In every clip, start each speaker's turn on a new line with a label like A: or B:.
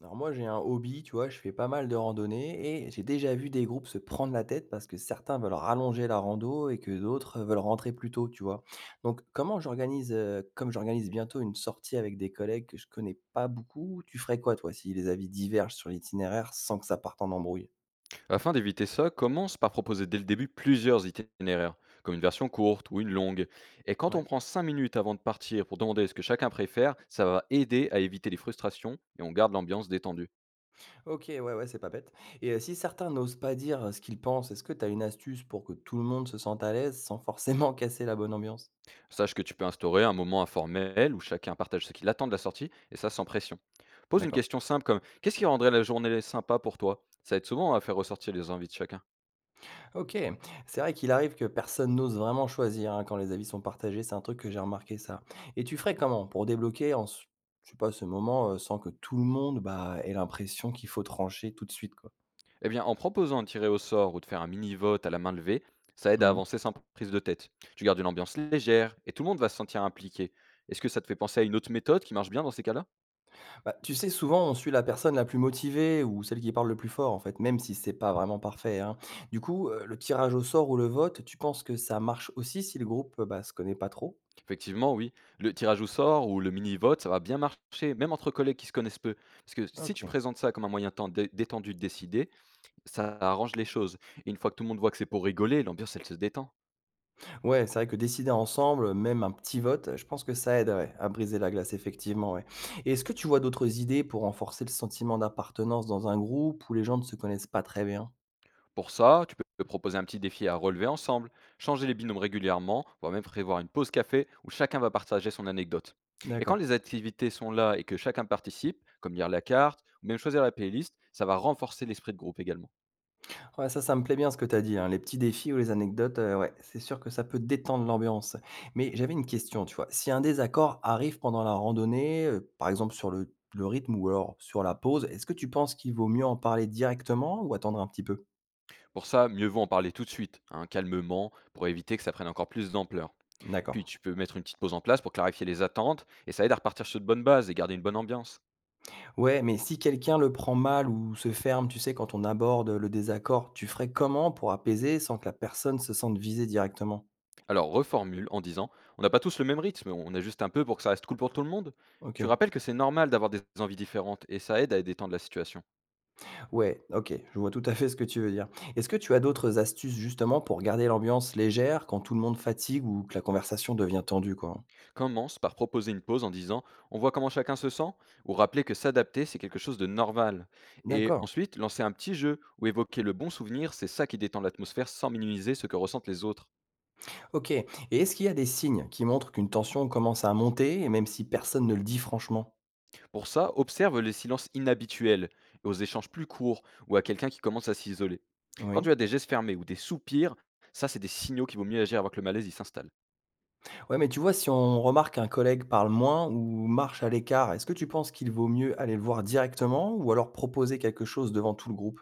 A: Alors moi, j'ai un hobby, tu vois, je fais pas mal de randonnées et j'ai déjà vu des groupes se prendre la tête parce que certains veulent rallonger la rando et que d'autres veulent rentrer plus tôt, tu vois. Donc comme j'organise bientôt une sortie avec des collègues que je connais pas beaucoup, tu ferais quoi toi si les avis divergent sur l'itinéraire sans que ça parte en embrouille?
B: Afin d'éviter ça, commence par proposer dès le début plusieurs itinéraires, comme une version courte ou une longue. Et quand on
A: Ouais.
B: prend 5 minutes avant de partir pour demander ce que chacun préfère, ça va aider à éviter les frustrations et on garde l'ambiance détendue.
A: Ok, ouais, ouais, c'est pas bête. Et si certains n'osent pas dire ce qu'ils pensent, est-ce que tu as une astuce pour que tout le monde se sente à l'aise sans forcément casser la bonne ambiance?
B: Sache que tu peux instaurer un moment informel où chacun partage ce qu'il attend de la sortie, et ça sans pression. Pose une
A: D'accord.
B: question simple comme: «Qu'est-ce qui rendrait la journée sympa pour toi?» Ça aide souvent à faire ressortir les envies de chacun.
A: OK. C'est vrai qu'il arrive que personne n'ose vraiment choisir, hein, quand les avis sont partagés, c'est un truc que j'ai remarqué ça. Et tu ferais comment pour débloquer en ce, je sais pas, ce moment, sans que tout le monde, bah, ait l'impression qu'il faut trancher tout de suite, quoi?
B: Eh bien, en proposant de tirer au sort ou de faire un mini-vote à la main levée, ça aide à
A: Mmh.
B: avancer sans prise de tête. Tu gardes une ambiance légère et tout le monde va se sentir impliqué. Est-ce que ça te fait penser à une autre méthode qui marche bien dans ces cas-là?
A: Bah, tu sais, souvent, on suit la personne la plus motivée ou celle qui parle le plus fort, en fait, même si c'est pas vraiment parfait, hein. Du coup, le tirage au sort ou le vote, tu penses que ça marche aussi si le groupe, bah, se connaît pas trop?
B: Effectivement, oui. Le tirage au sort ou le mini-vote, ça va bien marcher, même entre collègues qui se connaissent peu. Parce que si tu
A: OK.
B: présentes ça comme un moyen de temps détendu de décider, ça arrange les choses. Et une fois que tout le monde voit que c'est pour rigoler, l'ambiance, elle se détend.
A: Ouais, c'est vrai que décider ensemble, même un petit vote, je pense que ça aide, ouais, à briser la glace, effectivement. Ouais. Et est-ce que tu vois d'autres idées pour renforcer le sentiment d'appartenance dans un groupe où les gens ne se connaissent pas très bien?
B: Pour ça, tu peux proposer un petit défi à relever ensemble, changer les binômes régulièrement, voire même prévoir une pause café où chacun va partager son anecdote. Et quand
A: D'accord.
B: les activités sont là et que chacun participe, comme lire la carte ou même choisir la playlist, ça va renforcer l'esprit de groupe également.
A: Ouais, ça me plaît bien ce que tu as dit, hein. Les petits défis ou les anecdotes, ouais, c'est sûr que ça peut détendre l'ambiance. Mais j'avais une question, tu vois. Si un désaccord arrive pendant la randonnée, par exemple sur le rythme ou alors sur la pause, est-ce que tu penses qu'il vaut mieux en parler directement ou attendre un petit peu?
B: Pour ça, mieux vaut en parler tout de suite, hein, calmement, pour éviter que ça prenne encore plus d'ampleur.
A: D'accord.
B: Puis tu peux mettre une petite pause en place pour clarifier les attentes et ça aide à repartir sur de bonnes bases et garder une bonne ambiance.
A: Ouais, mais si quelqu'un le prend mal ou se ferme, tu sais, quand on aborde le désaccord, tu ferais comment pour apaiser sans que la personne se sente visée directement?
B: Alors reformule en disant: «On n'a pas tous le même rythme, on a juste un peu pour que ça reste cool pour tout le monde». Tu
A: OK.
B: rappelles que c'est normal d'avoir des envies différentes et ça aide à détendre la situation.
A: Ouais, OK, je vois tout à fait ce que tu veux dire. Est-ce que tu as d'autres astuces justement pour garder l'ambiance légère quand tout le monde fatigue ou que la conversation devient tendue, quoi?
B: Commence par proposer une pause en disant: «On voit comment chacun se sent», ou rappeler que s'adapter, c'est quelque chose de normal. Et
A: D'accord.
B: ensuite, lancer un petit jeu ou évoquer le bon souvenir, c'est ça qui détend l'atmosphère sans minimiser ce que ressentent les autres.
A: OK. Et est-ce qu'il y a des signes qui montrent qu'une tension commence à monter, et même si personne ne le dit franchement?
B: Pour ça, observe les silences inhabituels, aux échanges plus courts ou à quelqu'un qui commence à s'isoler. Quand
A: Oui.
B: tu as des gestes fermés ou des soupirs, ça, c'est des signaux qu'il vaut mieux agir avant que le malaise il s'installe.
A: Ouais, mais tu vois, si on remarque qu'un collègue parle moins ou marche à l'écart, est-ce que tu penses qu'il vaut mieux aller le voir directement ou alors proposer quelque chose devant tout le groupe?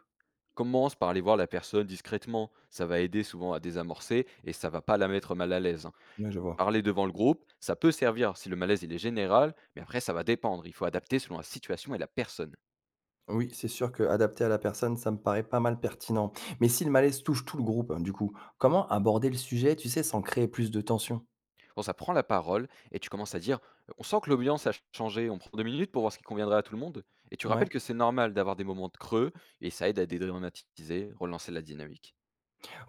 B: Commence par aller voir la personne discrètement. Ça va aider souvent à désamorcer et ça va pas la mettre mal à l'aise, hein.
A: Ouais, je vois.
B: Parler devant le groupe, ça peut servir si le malaise il est général, mais après ça va dépendre. Il faut adapter selon la situation et la personne.
A: Oui, c'est sûr que adapté à la personne, ça me paraît pas mal pertinent. Mais si le malaise touche tout le groupe, hein, du coup, comment aborder le sujet, tu sais, sans créer plus de tension?
B: Bon, ça prend la parole et tu commences à dire: on sent que l'ambiance a changé, on prend 2 minutes pour voir ce qui conviendrait à tout le monde, et tu rappelles
A: Ouais.
B: que c'est normal d'avoir des moments de creux, et ça aide à dédramatiser, relancer la dynamique.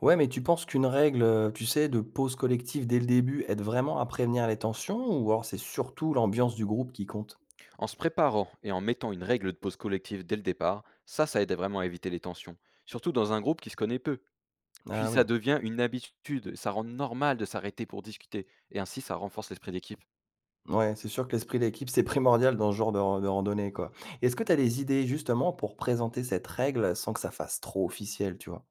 A: Ouais, mais tu penses qu'une règle, tu sais, de pause collective dès le début aide vraiment à prévenir les tensions ou alors c'est surtout l'ambiance du groupe qui compte?
B: En se préparant et en mettant une règle de pause collective dès le départ, ça aide vraiment à éviter les tensions, surtout dans un groupe qui se connaît peu. Puis
A: Ah
B: ça
A: oui.
B: devient une habitude, ça rend normal de s'arrêter pour discuter et ainsi ça renforce l'esprit d'équipe.
A: Ouais, c'est sûr que l'esprit d'équipe, c'est primordial dans ce genre de randonnée, quoi. Est-ce que tu as des idées, justement, pour présenter cette règle sans que ça fasse trop officiel, tu vois?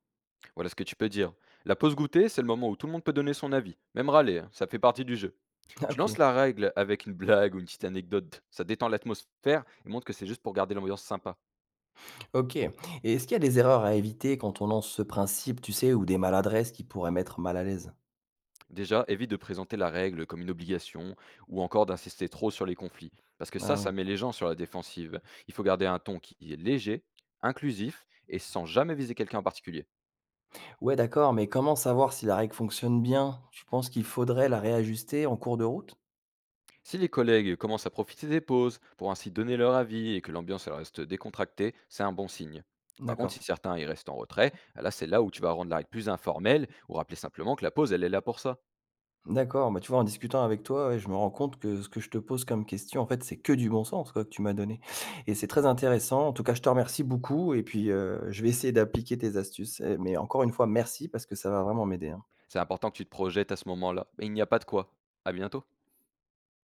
B: Voilà ce que tu peux dire. La pause goûter, c'est le moment où tout le monde peut donner son avis, même râler, hein, ça fait partie du jeu.
A: Ah
B: Tu lances
A: OK.
B: la règle avec une blague ou une petite anecdote, ça détend l'atmosphère et montre que c'est juste pour garder l'ambiance sympa.
A: OK. Et est-ce qu'il y a des erreurs à éviter quand on lance ce principe, tu sais, ou des maladresses qui pourraient mettre mal à l'aise?
B: Déjà, évite de présenter la règle comme une obligation ou encore d'insister trop sur les conflits, parce que ça,
A: Ah
B: ça
A: oui.
B: met les gens sur la défensive. Il faut garder un ton qui est léger, inclusif et sans jamais viser quelqu'un en particulier.
A: Ouais, d'accord, mais comment savoir si la règle fonctionne bien? Tu penses qu'il faudrait la réajuster en cours de route?
B: Si les collègues commencent à profiter des pauses pour ainsi donner leur avis et que l'ambiance elle reste décontractée, c'est un bon signe. Par contre, si
A: D'accord.
B: certains y restent en retrait, ah là c'est là où tu vas rendre la règle plus informelle ou rappeler simplement que la pause elle est là pour ça.
A: D'accord, bah, tu vois, en discutant avec toi, ouais, je me rends compte que ce que je te pose comme question, en fait, c'est que du bon sens, quoi, que tu m'as donné. Et c'est très intéressant. En tout cas, je te remercie beaucoup. Et puis, je vais essayer d'appliquer tes astuces. Eh, mais encore une fois, merci parce que ça va vraiment m'aider, hein.
B: C'est important que tu te projettes à ce moment-là. Et il n'y a pas de quoi. À bientôt.